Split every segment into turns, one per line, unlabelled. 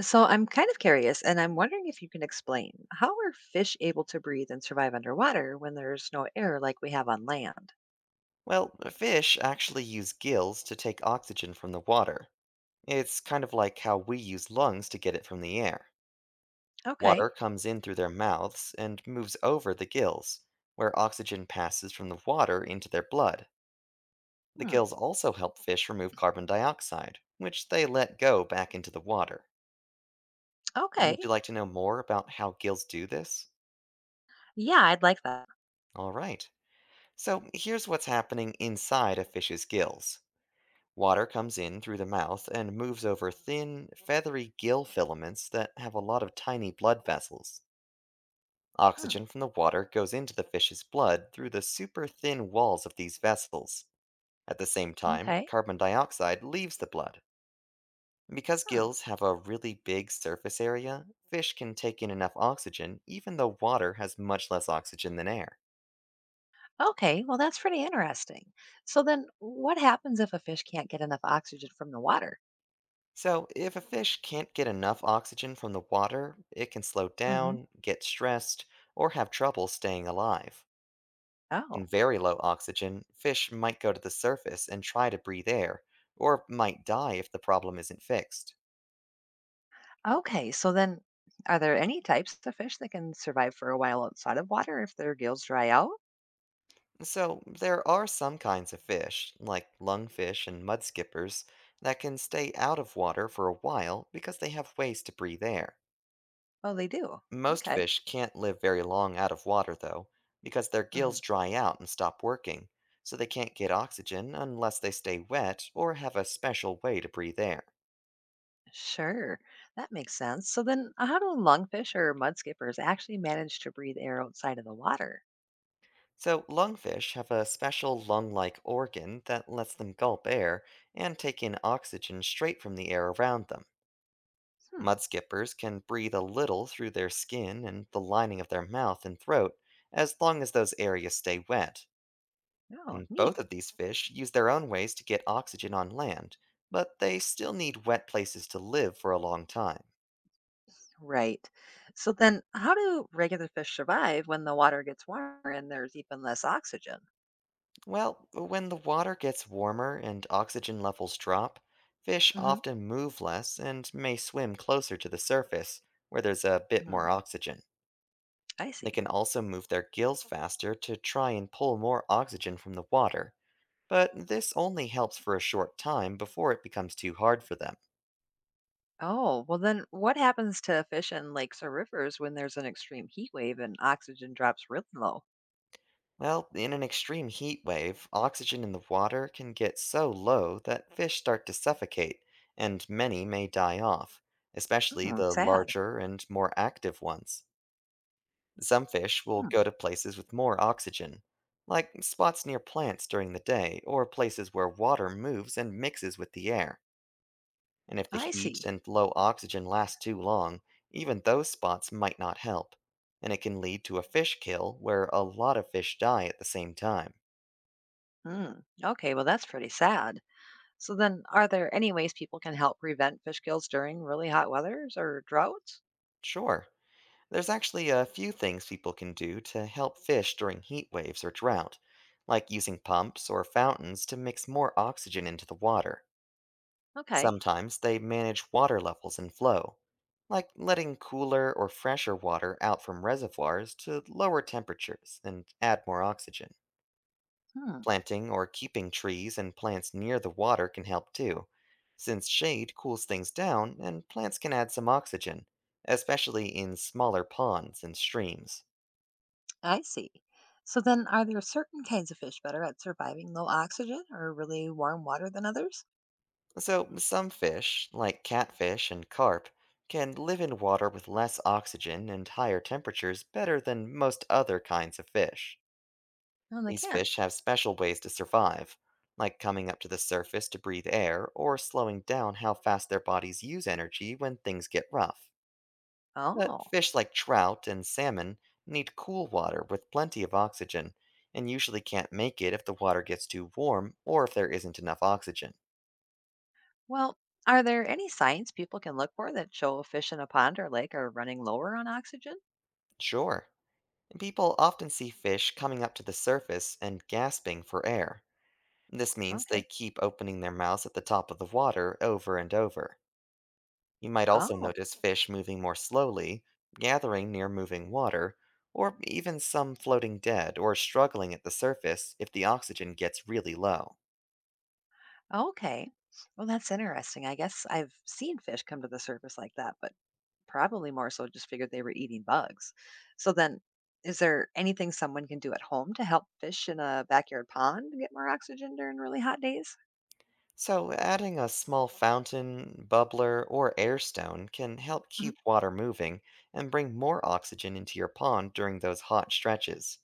So I'm kind of curious, and I'm wondering if you can explain how are fish able to breathe and survive underwater when there's no air like we have on land?
Well, fish actually use gills to take oxygen from the water. It's kind of like how we use lungs to get it from the air.
Okay.
Water comes in through their mouths and moves over the gills, where oxygen passes from the water into their blood. The
Hmm.
gills also help fish remove carbon dioxide, which they let go back into the water. Would
Okay.
you like to know more about how gills do this?
Yeah, I'd like that.
All right. So, here's what's happening inside a fish's gills. Water comes in through the mouth and moves over thin, feathery gill filaments that have a lot of tiny blood vessels.
Hmm.
Oxygen from the water goes into the fish's blood through the super thin walls of these vessels. At the same time,
Okay.
carbon dioxide leaves the blood. Because
Hmm.
gills have a really big surface area, fish can take in enough oxygen even though water has much less oxygen than air.
Okay. Well, that's pretty interesting. So then, what happens if a fish can't get enough oxygen from the water?
So, if a fish can't get enough oxygen from the water, it can slow
Hmm.
down, get stressed, or have trouble staying alive. In
Oh.
very low oxygen, fish might go to the surface and try to breathe air, or might die if the problem isn't fixed.
Okay. So then, are there any types of fish that can survive for a while outside of water if their gills dry out?
So, there are some kinds of fish, like lungfish and mudskippers, that can stay out of water for a while because they have ways to breathe air.
Oh, they do.
Most
Okay.
fish can't live very long out of water, though, because their
Mm-hmm.
gills dry out and stop working, so they can't get oxygen unless they stay wet or have a special way to breathe air.
Sure, that makes sense. So then, how do lungfish or mudskippers actually manage to breathe air outside of the water?
So, lungfish have a special lung like organ that lets them gulp air and take in oxygen straight from the air around them.
Hmm.
Mudskippers can breathe a little through their skin and the lining of their mouth and throat as long as those areas stay wet.
Oh,
And both
neat.
of these fish use their own ways to get oxygen on land, but they still need wet places to live for a long time.
Right. So then, how do regular fish survive when the water gets warmer and there's even less oxygen?
Well, when the water gets warmer and oxygen levels drop, fish
Hmm.
often move less and may swim closer to the surface, where there's a bit
Hmm.
more oxygen.
I
They
see.
can also move their gills faster to try and pull more oxygen from the water, but this only helps for a short time before it becomes too hard for them.
Oh, well then, what happens to fish in lakes or rivers when there's an extreme heat wave and oxygen drops really low?
Well, in an extreme heat wave, oxygen in the water can get so low that fish start to suffocate, and many may die off, especially
Hmm.
the
Sad.
larger and more active ones. Some fish will
Hmm.
go to places with more oxygen, like spots near plants during the day or places where water moves and mixes with the air. And if the
I
heat
see.
and low oxygen last too long, even those spots might not help, and it can lead to a fish kill where a lot of fish die at the same time.
Hmm. Okay. Well, that's pretty sad. So then, are there any ways people can help prevent fish kills during really hot weathers or droughts?
Sure. There's actually a few things people can do to help fish during heat waves or drought, like using pumps or fountains to mix more oxygen into the water.
Okay.
Sometimes they manage water levels and flow, like letting cooler or fresher water out from reservoirs to lower temperatures and add more oxygen.
Hmm,
Planting or keeping trees and plants near the water can help too, since shade cools things down and plants can add some oxygen, especially in smaller ponds and streams.
I see. So then, are there certain kinds of fish better at surviving low oxygen or really warm water than others?
So, some fish, like catfish and carp, can live in water with less oxygen and higher temperatures better than most other kinds of fish.
No, they
These
can.
fish have special ways to survive, like coming up to the surface to breathe air or slowing down how fast their bodies use energy when things get rough. But
Oh.
fish like trout and salmon need cool water with plenty of oxygen, and usually can't make it if the water gets too warm or if there isn't enough oxygen.
Well, are there any signs people can look for that show a fish in a pond or lake are running lower on oxygen?
Sure, people often see fish coming up to the surface and gasping for air. This means they
Okay.
keep opening their mouths at the top of the water over and over. You might also
Oh,
notice fish moving more slowly, gathering near moving water, or even some floating dead or struggling at the surface if the oxygen gets really low.
okay. Well, that's interesting. I guess I've seen fish come to the surface like that, but probably more so just figured they were eating bugs. So then, is there anything someone can do at home to help fish in a backyard pond get more oxygen during really hot days?
So, adding a small fountain, bubbler, or air stone can help
Mhm.
keep water moving and bring more oxygen into your pond during those hot stretches.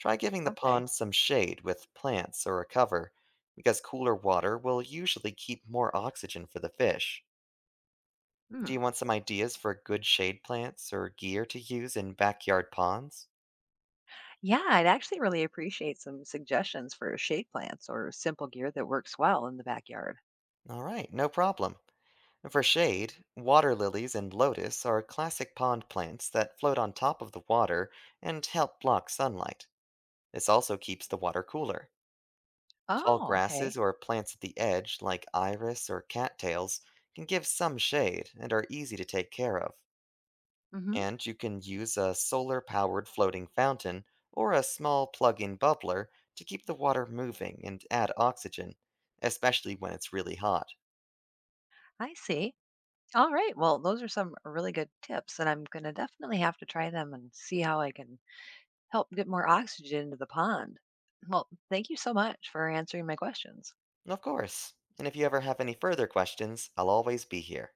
Try giving the
Okay.
pond some shade with plants or a cover, because cooler water will usually keep more oxygen for the fish.
Hmm.
Do you want some ideas for good shade plants or gear to use in backyard ponds?
Yeah, I'd actually really appreciate some suggestions for shade plants or simple gear that works well in the backyard.
Alright, no problem. For shade, water lilies and lotus are classic pond plants that float on top of the water and help block sunlight. This also keeps the water cooler. Tall
Oh, okay.
grasses or plants at the edge, like iris or cattails, can give some shade and are easy to take care of.
Hmm.
And you can use a solar powered floating fountain or a small plug in bubbler to keep the water moving and add oxygen, especially when it's really hot.
I see. All right. Well, those are some really good tips, and I'm going to definitely have to try them and see how I can help get more oxygen into the pond. Well, thank you so much for answering my questions.
Of course. And if you ever have any further questions, I'll always be here.